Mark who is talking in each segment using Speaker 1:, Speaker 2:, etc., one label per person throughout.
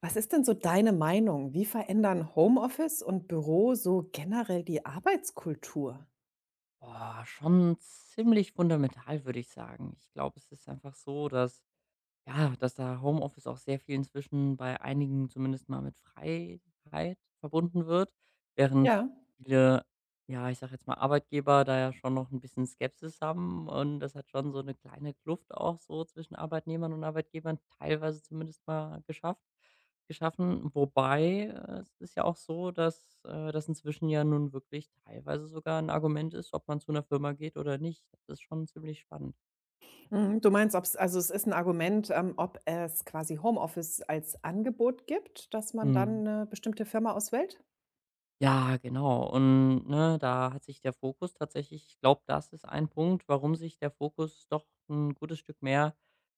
Speaker 1: Was ist denn so deine Meinung? Wie verändern Homeoffice und Büro so generell die Arbeitskultur?
Speaker 2: Oh, schon ziemlich fundamental, würde ich sagen. Ich glaube, es ist einfach so, dass da Homeoffice auch sehr viel inzwischen bei einigen zumindest mal mit Freiheit verbunden wird, während
Speaker 1: Ja,
Speaker 2: viele, ja, ich sage jetzt mal, Arbeitgeber da ja schon noch ein bisschen Skepsis haben und das hat schon so eine kleine Kluft auch so zwischen Arbeitnehmern und Arbeitgebern teilweise zumindest mal geschafft geschaffen. Wobei, es ist ja auch so, dass, das inzwischen ja nun wirklich teilweise sogar ein Argument ist, ob man zu einer Firma geht oder nicht. Das ist schon ziemlich spannend.
Speaker 1: mhm. Du meinst, ob's also es ist ein Argument, ob es quasi Homeoffice als Angebot gibt, dass man dann
Speaker 2: Mhm.
Speaker 1: eine bestimmte Firma auswählt?
Speaker 2: Ja, genau. Und, ne, da hat sich der Fokus tatsächlich. Ich glaube, das ist ein Punkt, warum sich der Fokus doch ein gutes Stück mehr,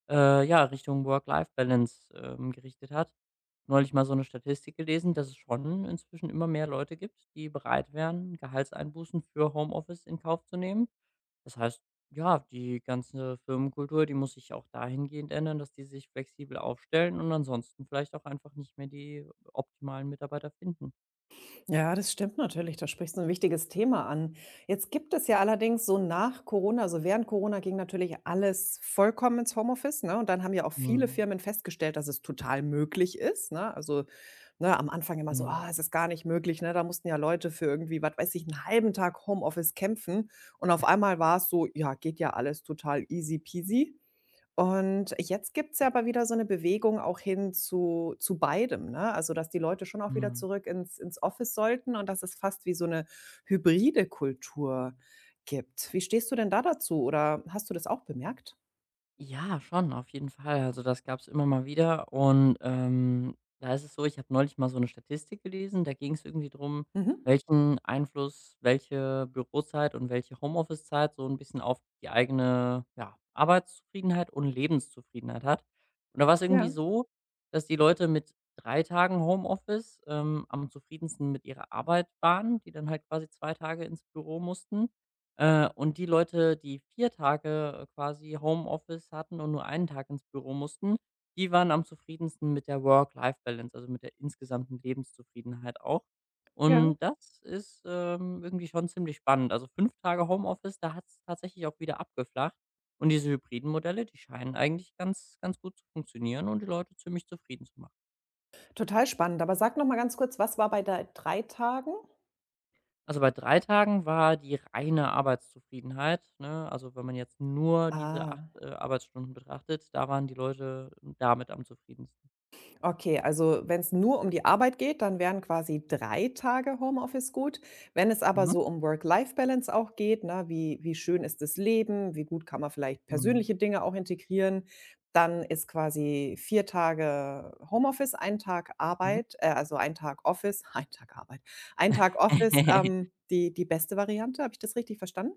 Speaker 2: ja, Richtung Work-Life-Balance, gerichtet hat. Neulich mal so eine Statistik gelesen, dass es schon inzwischen immer mehr Leute gibt, die bereit wären, Gehaltseinbußen für Homeoffice in Kauf zu nehmen. Das heißt, ja, die ganze Firmenkultur, die muss sich auch dahingehend ändern, dass die sich flexibel aufstellen und ansonsten vielleicht auch einfach nicht mehr die optimalen Mitarbeiter finden.
Speaker 1: Ja, das stimmt natürlich. Da sprichst du ein wichtiges Thema an. Jetzt gibt es ja allerdings so nach Corona also, während Corona ging natürlich alles vollkommen ins Homeoffice, ne? Und dann haben ja auch viele
Speaker 2: Mhm.
Speaker 1: Firmen festgestellt, dass es total möglich ist, ne? Also, ne, am Anfang immer so:
Speaker 2: Mhm,
Speaker 1: „Ah, es ist gar nicht möglich", ne? Da mussten ja Leute für irgendwie, was weiß ich, einen halben Tag Homeoffice kämpfen. Und auf einmal war es so: „Ja, geht ja alles total easy peasy." Und jetzt gibt es ja aber wieder so eine Bewegung auch hin zu beidem, ne? Also, dass die Leute schon auch wieder
Speaker 2: mhm.
Speaker 1: zurück ins Office sollten und dass es fast wie so eine hybride Kultur gibt. Wie stehst du denn da dazu oder hast du das auch bemerkt?
Speaker 2: Ja, schon, auf jeden Fall. Also, das gab es immer mal wieder und, da ist es so, ich habe neulich mal so eine Statistik gelesen, da ging es irgendwie drum,
Speaker 1: Mhm.
Speaker 2: welchen Einfluss welche Bürozeit und welche Homeoffice-Zeit so ein bisschen auf die eigene, ja, Arbeitszufriedenheit und Lebenszufriedenheit hat. Und da war es
Speaker 1: Ja,
Speaker 2: irgendwie so, dass die Leute mit 3 Tagen Homeoffice, am zufriedensten mit ihrer Arbeit waren, die dann halt quasi 2 Tage ins Büro mussten. Und die Leute, die 4 Tage, quasi Homeoffice hatten und nur einen Tag ins Büro mussten, die waren am zufriedensten mit der Work-Life-Balance, also mit der insgesamten Lebenszufriedenheit auch.
Speaker 1: ja.
Speaker 2: Und das ist, irgendwie schon ziemlich spannend. Also 5 Tage Homeoffice, da hat es tatsächlich auch wieder abgeflacht. Und diese hybriden Modelle, die scheinen eigentlich ganz ganz gut zu funktionieren und die Leute ziemlich zufrieden zu machen.
Speaker 1: Total spannend. Aber sag noch mal ganz kurz, was war bei de 3 Tagen?
Speaker 2: Also, bei 3 Tagen war die reine Arbeitszufriedenheit, ne? Also, wenn man jetzt nur diese 8
Speaker 1: Ah.
Speaker 2: Arbeitsstunden betrachtet, da waren die Leute damit am zufriedensten.
Speaker 1: Okay, also wenn es nur um die Arbeit geht, dann wären quasi 3 Tage Homeoffice gut. Wenn es aber
Speaker 2: Mhm.
Speaker 1: so um Work-Life-Balance auch geht, ne, wie schön ist das Leben, wie gut kann man vielleicht
Speaker 2: Mhm.
Speaker 1: persönliche Dinge auch integrieren, dann ist quasi 4 Tage Homeoffice, ein Tag
Speaker 2: Mhm.
Speaker 1: Arbeit, also ein Tag Office, ein Tag Arbeit, ein Tag Office, die beste Variante. Habe ich das richtig verstanden?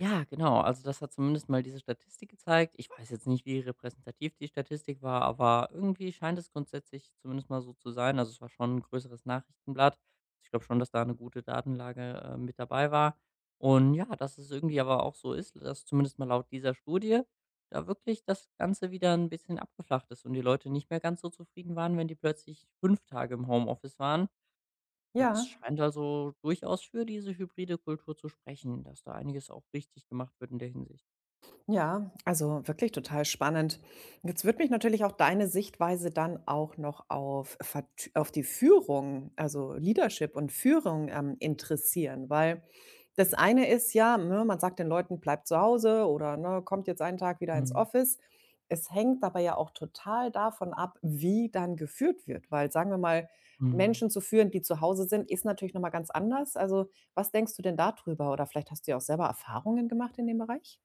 Speaker 2: Ja, genau. Also das hat zumindest mal diese Statistik gezeigt. Ich weiß jetzt nicht, wie repräsentativ die Statistik war, aber irgendwie scheint es grundsätzlich zumindest mal so zu sein. Also es war schon ein größeres Nachrichtenblatt. Ich glaube schon, dass da eine gute Datenlage mit dabei war. Und ja, dass es irgendwie aber auch so ist, dass zumindest mal laut dieser Studie da wirklich das Ganze wieder ein bisschen abgeflacht ist und die Leute nicht mehr ganz so zufrieden waren, wenn die plötzlich 5 Tage im Homeoffice waren, das
Speaker 1: Ja.
Speaker 2: scheint also durchaus für diese hybride Kultur zu sprechen, dass da einiges auch richtig gemacht wird in der Hinsicht.
Speaker 1: Ja, also wirklich total spannend. Jetzt würde mich natürlich auch deine Sichtweise dann auch noch auf, auf die Führung, also Leadership und Führung interessieren, weil das eine ist ja, ne, man sagt den Leuten, bleibt zu Hause oder ne, kommt jetzt einen Tag wieder ins
Speaker 2: Mhm.
Speaker 1: Office. Es hängt aber ja auch total davon ab, wie dann geführt wird, weil sagen wir mal, Menschen
Speaker 2: Mhm.
Speaker 1: zu führen, die zu Hause sind, ist natürlich nochmal ganz anders. Also was denkst du denn darüber? Oder vielleicht hast du ja auch selber Erfahrungen gemacht in dem Bereich?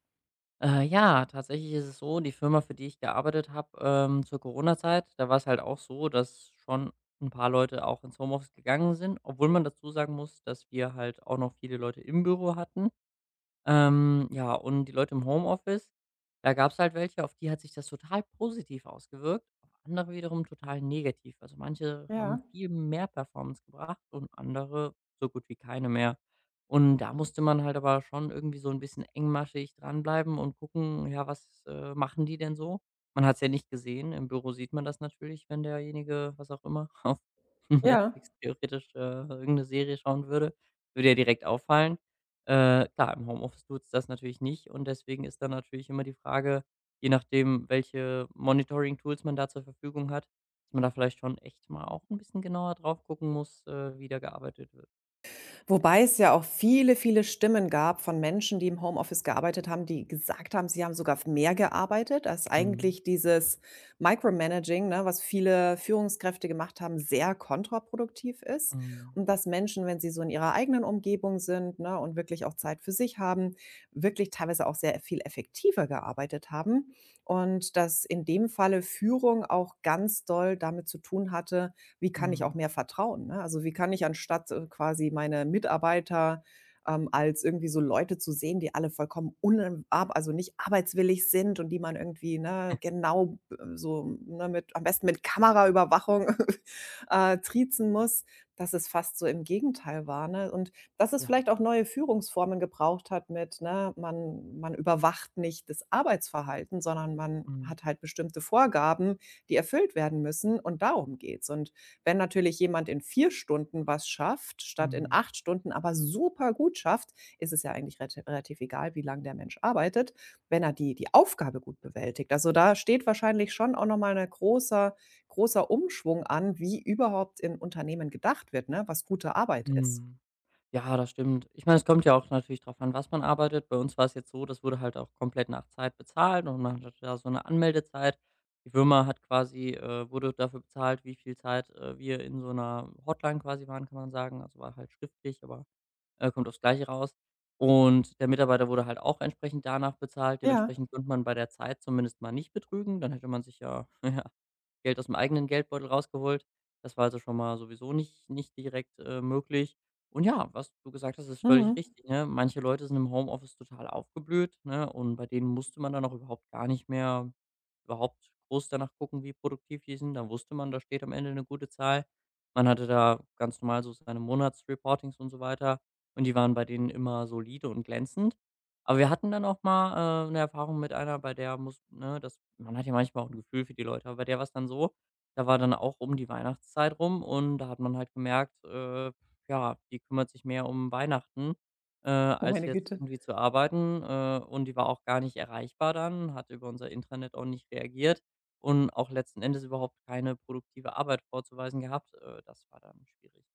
Speaker 2: Ja, tatsächlich ist es so, die Firma, für die ich gearbeitet habe, zur Corona-Zeit, da war es halt auch so, dass schon ein paar Leute auch ins Homeoffice gegangen sind, obwohl man dazu sagen muss, dass wir halt auch noch viele Leute im Büro hatten. Ja, und die Leute im Homeoffice, da gab's halt welche, auf die hat sich das total positiv ausgewirkt, auf andere wiederum total negativ. Also manche haben
Speaker 1: Ja.
Speaker 2: viel mehr Performance gebracht und andere so gut wie keine mehr. Und da musste man halt aber schon irgendwie so ein bisschen engmaschig dranbleiben und gucken, ja, was, machen die denn so? Man hat's ja nicht gesehen. Im Büro sieht man das natürlich, wenn derjenige, was auch immer, auf
Speaker 1: Ja.
Speaker 2: Netflix theoretisch, irgend 'ne Serie schauen würde, würde ja direkt auffallen. Klar, im Homeoffice tut es das natürlich nicht und deswegen ist dann natürlich immer die Frage, je nachdem, welche Monitoring-Tools man da zur Verfügung hat, dass man da vielleicht schon echt mal auch ein bisschen genauer drauf gucken muss, wie da gearbeitet wird.
Speaker 1: Wobei es ja auch viele, viele Stimmen gab von Menschen, die im Homeoffice gearbeitet haben, die gesagt haben, sie haben sogar mehr gearbeitet, als
Speaker 2: Mhm.
Speaker 1: eigentlich dieses Micromanaging, ne, was viele Führungskräfte gemacht haben, sehr kontraproduktiv ist.
Speaker 2: Mhm.
Speaker 1: Und dass Menschen, wenn sie so in ihrer eigenen Umgebung sind, ne, und wirklich auch Zeit für sich haben, wirklich teilweise auch sehr viel effektiver gearbeitet haben. Und dass in dem Falle Führung auch ganz doll damit zu tun hatte, wie kann ich auch
Speaker 2: Mhm.
Speaker 1: mehr vertrauen, ne? Also, wie kann ich anstatt, quasi meine Mitarbeiter, als irgendwie so Leute zu sehen, die alle vollkommen un ab also, nicht arbeitswillig sind und die man irgendwie, ne, genau b so, ne, mit am besten mit Kameraüberwachung, triezen muss, dass es fast so im Gegenteil war, ne? Und dass es
Speaker 2: Ja.
Speaker 1: vielleicht auch neue Führungsformen gebraucht hat mit, ne, man überwacht nicht das Arbeitsverhalten, sondern man
Speaker 2: Mhm.
Speaker 1: hat halt bestimmte Vorgaben, die erfüllt werden müssen und darum geht's. Und wenn natürlich jemand in 4 Stunden was schafft, statt in
Speaker 2: Mhm.
Speaker 1: 8 Stunden, aber super gut schafft, ist es ja eigentlich relativ egal, wie lange der Mensch arbeitet, wenn er die Aufgabe gut bewältigt. Also, da steht wahrscheinlich schon auch noch mal 'ne großer großer Umschwung an, wie überhaupt in Unternehmen gedacht wird, ne, was gute Arbeit ist.
Speaker 2: Mhm. Ja, das stimmt. Ich meine, es kommt ja auch natürlich drauf an, was man arbeitet. Bei uns war es jetzt so, das wurde halt auch komplett nach Zeit bezahlt und man hatte da so eine Anmeldezeit. Die Firma hat quasi wurde dafür bezahlt, wie viel Zeit, wir in so einer Hotline quasi waren, kann man sagen. Also, war halt schriftlich, aber, kommt aufs Gleiche raus. Und der Mitarbeiter wurde halt auch entsprechend danach bezahlt.
Speaker 1: Ja,
Speaker 2: Dementsprechend könnte man bei der Zeit zumindest mal nicht betrügen. Dann hätte man sich ja Geld aus dem eigenen Geldbeutel rausgeholt. Das war also schon mal sowieso nicht direkt, möglich. Und ja, was du gesagt hast, ist völlig
Speaker 1: mhm.
Speaker 2: richtig, ne? Manche Leute sind im Homeoffice total aufgeblüht, ne, und bei denen musste man dann auch überhaupt gar nicht mehr überhaupt groß danach gucken, wie produktiv die sind. Dann wusste man, da steht am Ende eine gute Zahl. Man hatte da ganz normal so seine Monatsreportings und so weiter und die waren bei denen immer solide und glänzend. Aber wir hatten dann auch mal, 'ne Erfahrung mit einer, bei der muss ne, das man hat ja manchmal auch ein Gefühl für die Leute, aber bei der war's dann so, da war dann auch um die Weihnachtszeit rum und da hat man halt gemerkt, ja, die kümmert sich mehr um Weihnachten,
Speaker 1: Oh,
Speaker 2: als
Speaker 1: meine
Speaker 2: jetzt
Speaker 1: Güte.
Speaker 2: irgendwie zu arbeiten, und die war auch gar nicht erreichbar dann, hat über unser Intranet auch nicht reagiert und auch letzten Endes überhaupt keine produktive Arbeit vorzuweisen gehabt. Das war dann schwierig.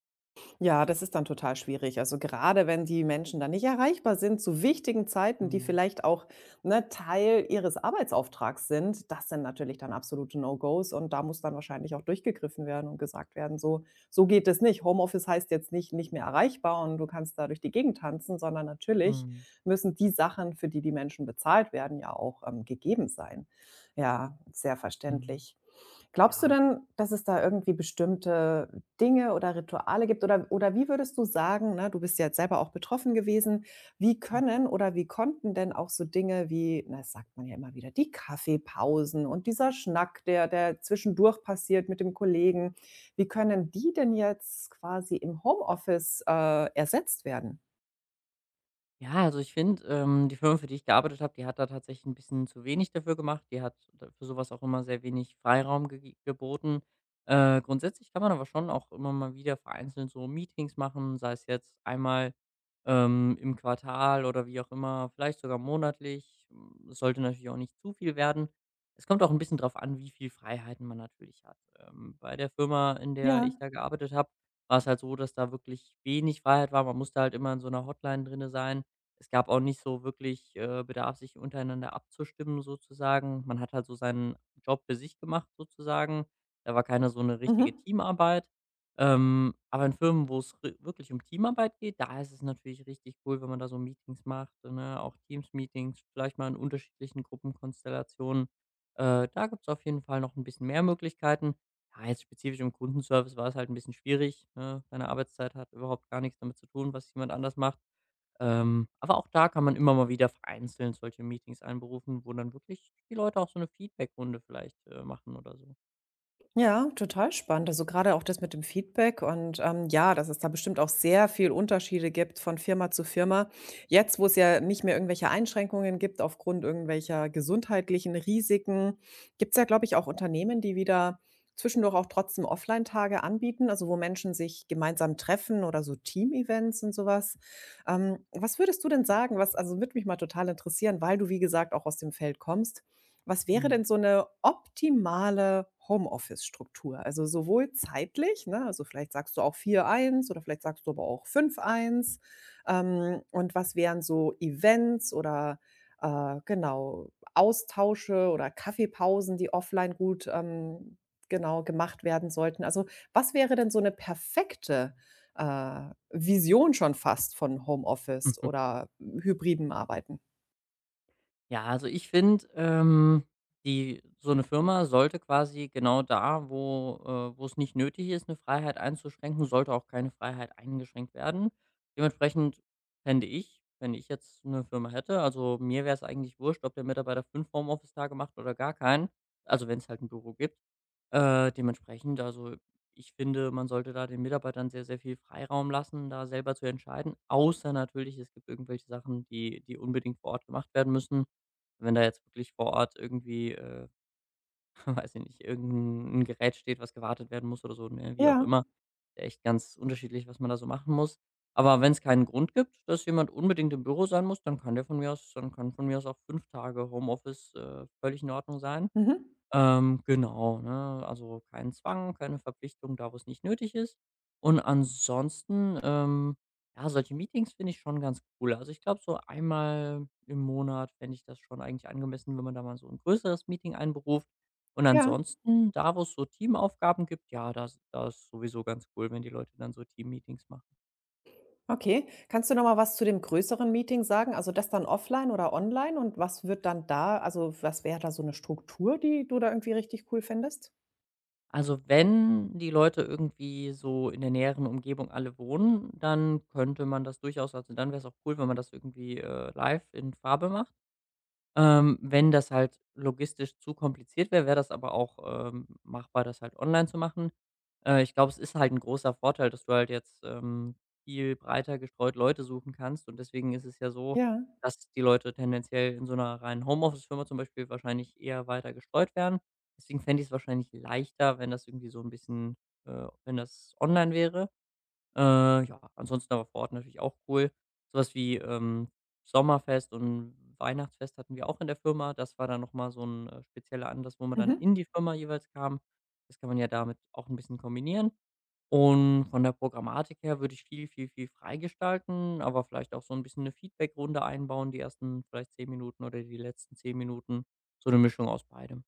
Speaker 1: Ja, das ist dann total schwierig. Also gerade wenn die Menschen dann nicht erreichbar sind zu wichtigen Zeiten, die
Speaker 2: Mhm.
Speaker 1: vielleicht auch ne, Teil ihres Arbeitsauftrags sind, das sind natürlich dann absolute No-Gos und da muss dann wahrscheinlich auch durchgegriffen werden und gesagt werden, so, so geht es nicht. Homeoffice heißt jetzt nicht, nicht mehr erreichbar, und du kannst da durch die Gegend tanzen, sondern natürlich
Speaker 2: Mhm.
Speaker 1: müssen die Sachen, für die die Menschen bezahlt werden, ja auch gegeben sein. Ja, sehr
Speaker 2: Mhm.
Speaker 1: verständlich. Glaubst du
Speaker 2: Ja.
Speaker 1: denn, dass es da irgendwie bestimmte Dinge oder Rituale gibt? Oder wie würdest du sagen, ne, du bist ja jetzt selber auch betroffen gewesen, wie können oder wie konnten denn auch so Dinge wie, na, das sagt man ja immer wieder, die Kaffeepausen und dieser Schnack, der zwischendurch passiert mit dem Kollegen, wie können die denn jetzt quasi im Homeoffice, ersetzt werden?
Speaker 2: Ja, also ich finde, die Firma, für die ich gearbeitet habe, die hat da tatsächlich ein bisschen zu wenig dafür gemacht. Die hat da für sowas auch immer sehr wenig Freiraum gege geboten. Grundsätzlich kann man aber schon auch immer mal wieder vereinzelt so Meetings machen, sei es jetzt einmal, im Quartal oder wie auch immer, vielleicht sogar monatlich. Hm, es sollte natürlich auch nicht zu viel werden. Es kommt auch ein bisschen drauf an, wie viel Freiheiten man natürlich hat. Bei der Firma, in der
Speaker 1: Ja.
Speaker 2: ich da gearbeitet habe, war es halt so, dass da wirklich wenig Freiheit war. Man musste halt immer in so einer Hotline drinne sein. Es gab auch nicht so wirklich, Bedarf, sich untereinander abzustimmen sozusagen. Man hat halt so seinen Job für sich gemacht sozusagen. Da war keine so eine richtige
Speaker 1: Mhm.
Speaker 2: Teamarbeit. Aber in Firmen, wo's ri wirklich um Teamarbeit geht, da ist es natürlich richtig cool, wenn man da so Meetings macht, ne, auch Teams-Meetings, vielleicht mal in unterschiedlichen Gruppenkonstellationen. Da gibt's auf jeden Fall noch ein bisschen mehr Möglichkeiten. Ja, jetzt spezifisch im Kundenservice war es halt ein bisschen schwierig, ne? Deine Arbeitszeit hat überhaupt gar nichts damit zu tun, was jemand anders macht. Aber auch da kann man immer mal wieder vereinzelt solche Meetings einberufen, wo dann wirklich die Leute auch so eine Feedbackrunde vielleicht, machen oder so.
Speaker 1: Ja, total spannend. Also gerade auch das mit dem Feedback und ja, dass es da bestimmt auch sehr viel Unterschiede gibt von Firma zu Firma. Jetzt, wo es ja nicht mehr irgendwelche Einschränkungen gibt aufgrund irgendwelcher gesundheitlichen Risiken, gibt es ja, glaube ich, auch Unternehmen, die wieder zwischendurch auch trotzdem Offline-Tage anbieten, also wo Menschen sich gemeinsam treffen oder so Team-Events und sowas. Was würdest du denn sagen? Also würde mich mal total interessieren, weil du, wie gesagt, auch aus dem Feld kommst. Was wäre
Speaker 2: Mhm.
Speaker 1: denn so eine optimale Homeoffice-Struktur? Also, sowohl zeitlich, ne, also, vielleicht sagst du auch vier eins oder vielleicht sagst du aber auch 5:1. Und was wären so Events oder, genau, Austausche oder Kaffeepausen, die offline gut, genau, gemacht werden sollten? Also, was wäre denn so eine perfekte, Vision schon fast von Homeoffice oder hybriden Arbeiten?
Speaker 2: Ja, also ich finde, die so eine Firma sollte quasi genau da, wo wo's nicht nötig ist, eine Freiheit einzuschränken, sollte auch keine Freiheit eingeschränkt werden. Dementsprechend fände ich, wenn ich jetzt eine Firma hätte, also mir wäre es eigentlich wurscht, ob der Mitarbeiter 5 Homeoffice-Tage macht oder gar keinen, also wenn es halt ein Büro gibt. Dementsprechend, also ich finde, man sollte da den Mitarbeitern sehr, sehr viel Freiraum lassen, da selber zu entscheiden. Außer natürlich, es gibt irgendwelche Sachen, die, die unbedingt vor Ort gemacht werden müssen. Wenn da jetzt wirklich vor Ort irgendwie, weiß ich nicht, irgendein Gerät steht, was gewartet werden muss oder so, ne, wie auch
Speaker 1: Ja.
Speaker 2: immer. Echt ganz unterschiedlich, was man da so machen muss. Aber wenn es keinen Grund gibt, dass jemand unbedingt im Büro sein muss, dann kann der von mir aus, dann kann von mir aus auch 5 Tage Homeoffice völlig in Ordnung sein.
Speaker 1: Mhm.
Speaker 2: Genau, ne? Also kein Zwang, keine Verpflichtung da, wo es nicht nötig ist. Und ansonsten, ja, solche Meetings finde ich schon ganz cool. Also ich glaube, so einmal im Monat fände ich das schon eigentlich angemessen, wenn man da mal so ein größeres Meeting einberuft. Und
Speaker 1: Ja.
Speaker 2: ansonsten, da wo es so Teamaufgaben gibt, ja, das ist sowieso ganz cool, wenn die Leute dann so Teammeetings machen.
Speaker 1: Okay. Kannst du noch mal was zu dem größeren Meeting sagen? Also das dann offline oder online und was wird dann da also was wäre da so eine Struktur, die du da irgendwie richtig cool fändest?
Speaker 2: Also, wenn die Leute irgendwie so in der näheren Umgebung alle wohnen, dann könnte man das durchaus, also, dann wäre es auch cool, wenn man das irgendwie, live in Farbe macht. Wenn das halt logistisch zu kompliziert wäre, wäre das aber auch, machbar, das halt online zu machen. Ich glaube, es ist halt ein großer Vorteil, dass du halt jetzt, viel breiter gestreut Leute suchen kannst und deswegen ist es ja so,
Speaker 1: Ja.
Speaker 2: dass die Leute tendenziell in so einer reinen Homeoffice-Firma zum Beispiel wahrscheinlich eher weiter gestreut werden. Deswegen fände ich es wahrscheinlich leichter, wenn das irgendwie so ein bisschen wenn das online wäre. Ja, ansonsten aber vor Ort natürlich auch cool. So was wie, Sommerfest und Weihnachtsfest hatten wir auch in der Firma. Das war dann noch mal so ein spezieller Anlass, wo man dann
Speaker 1: Mhm.
Speaker 2: in die Firma jeweils kam. Das kann man ja damit auch ein bisschen kombinieren. Und von der Programmatik her würde ich viel, viel, viel freigestalten, aber vielleicht auch so ein bisschen 'ne Feedbackrunde einbauen, die ersten vielleicht 10 Minuten oder die letzten 10 Minuten. So eine Mischung aus beidem.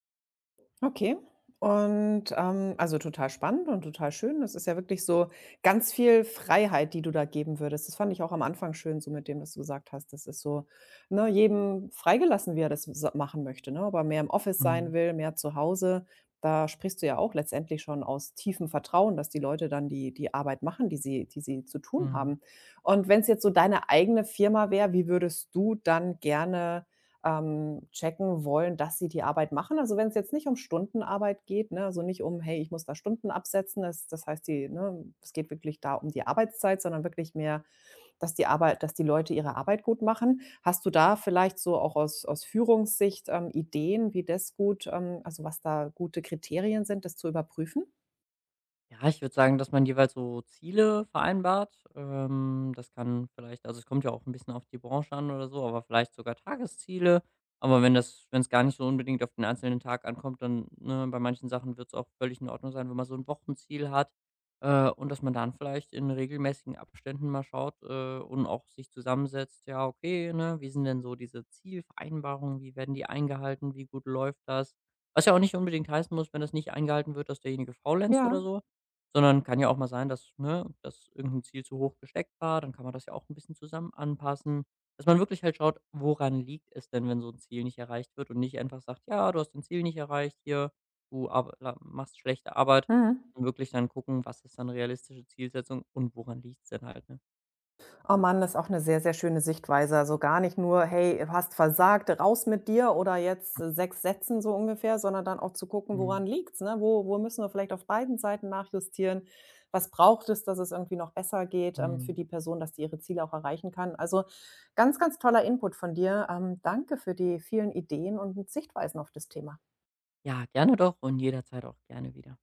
Speaker 1: Okay. Und also total spannend und total schön. Das ist ja wirklich so ganz viel Freiheit, die du da geben würdest. Das fand ich auch am Anfang schön, so mit dem, was du gesagt hast. Das ist so, ne, jedem freigelassen, wie er das s machen möchte, ne? Ob er mehr im Office sein
Speaker 2: Mhm.
Speaker 1: will, mehr zu Hause. Da sprichst du ja auch letztendlich schon aus tiefem Vertrauen, dass die Leute dann die Arbeit machen, die sie zu tun
Speaker 2: Mhm.
Speaker 1: haben. Und wenn es jetzt so deine eigene Firma wäre, wie würdest du dann gerne checken wollen, dass sie die Arbeit machen. Also wenn es jetzt nicht um Stundenarbeit geht, ne, also nicht um: „Hey, ich muss da Stunden absetzen", das heißt, die ne, es geht wirklich da um die Arbeitszeit, sondern wirklich mehr, dass die Leute ihre Arbeit gut machen. Hast du da vielleicht so auch aus Führungssicht, Ideen, wie das gut also was da gute Kriterien sind, das zu überprüfen?
Speaker 2: Ja, ich würde sagen, dass man jeweils so Ziele vereinbart. Das kann vielleicht, also, es kommt ja auch ein bisschen auf die Branche an oder so, aber vielleicht sogar Tagesziele. Aber wenn es gar nicht so unbedingt auf den einzelnen Tag ankommt, dann ne, bei manchen Sachen wird es auch völlig in Ordnung sein, wenn man so ein Wochenziel hat, und dass man dann vielleicht in regelmäßigen Abständen mal schaut, und auch sich zusammensetzt: „Ja, okay, ne, wie sind denn so diese Zielvereinbarungen? Wie werden die eingehalten? Wie gut läuft das?" Was ja auch nicht unbedingt heißen muss, wenn das nicht eingehalten wird, dass derjenige faulenzt oder
Speaker 1: Ja,
Speaker 2: so. Sondern kann ja auch mal sein, dass ne, dass irgendein Ziel zu hoch gesteckt war, dann kann man das ja auch ein bisschen zusammen anpassen. Dass man wirklich halt schaut, woran liegt es denn, wenn so ein Ziel nicht erreicht wird und nicht einfach sagt: „Ja, du hast dein Ziel nicht erreicht hier, du arbe la machst schlechte Arbeit."
Speaker 1: mhm.
Speaker 2: Und wirklich dann gucken, was ist dann realistische Zielsetzung und woran liegt's denn halt, ne?
Speaker 1: Oh Mann, das ist auch eine sehr, sehr schöne Sichtweise. Also, gar nicht nur: „Hey, du hast versagt, raus mit dir oder jetzt 6 Sätzen", so ungefähr, sondern dann auch zu gucken,
Speaker 2: Mhm,
Speaker 1: woran liegt's, ne? Wo müssen wir vielleicht auf beiden Seiten nachjustieren? Was braucht es, dass es irgendwie noch besser geht, für
Speaker 2: mhm.
Speaker 1: die Person, dass die ihre Ziele auch erreichen kann? Also, ganz, ganz toller Input von dir. Danke für die vielen Ideen und Sichtweisen auf das Thema.
Speaker 2: Ja, gerne doch und jederzeit auch gerne wieder.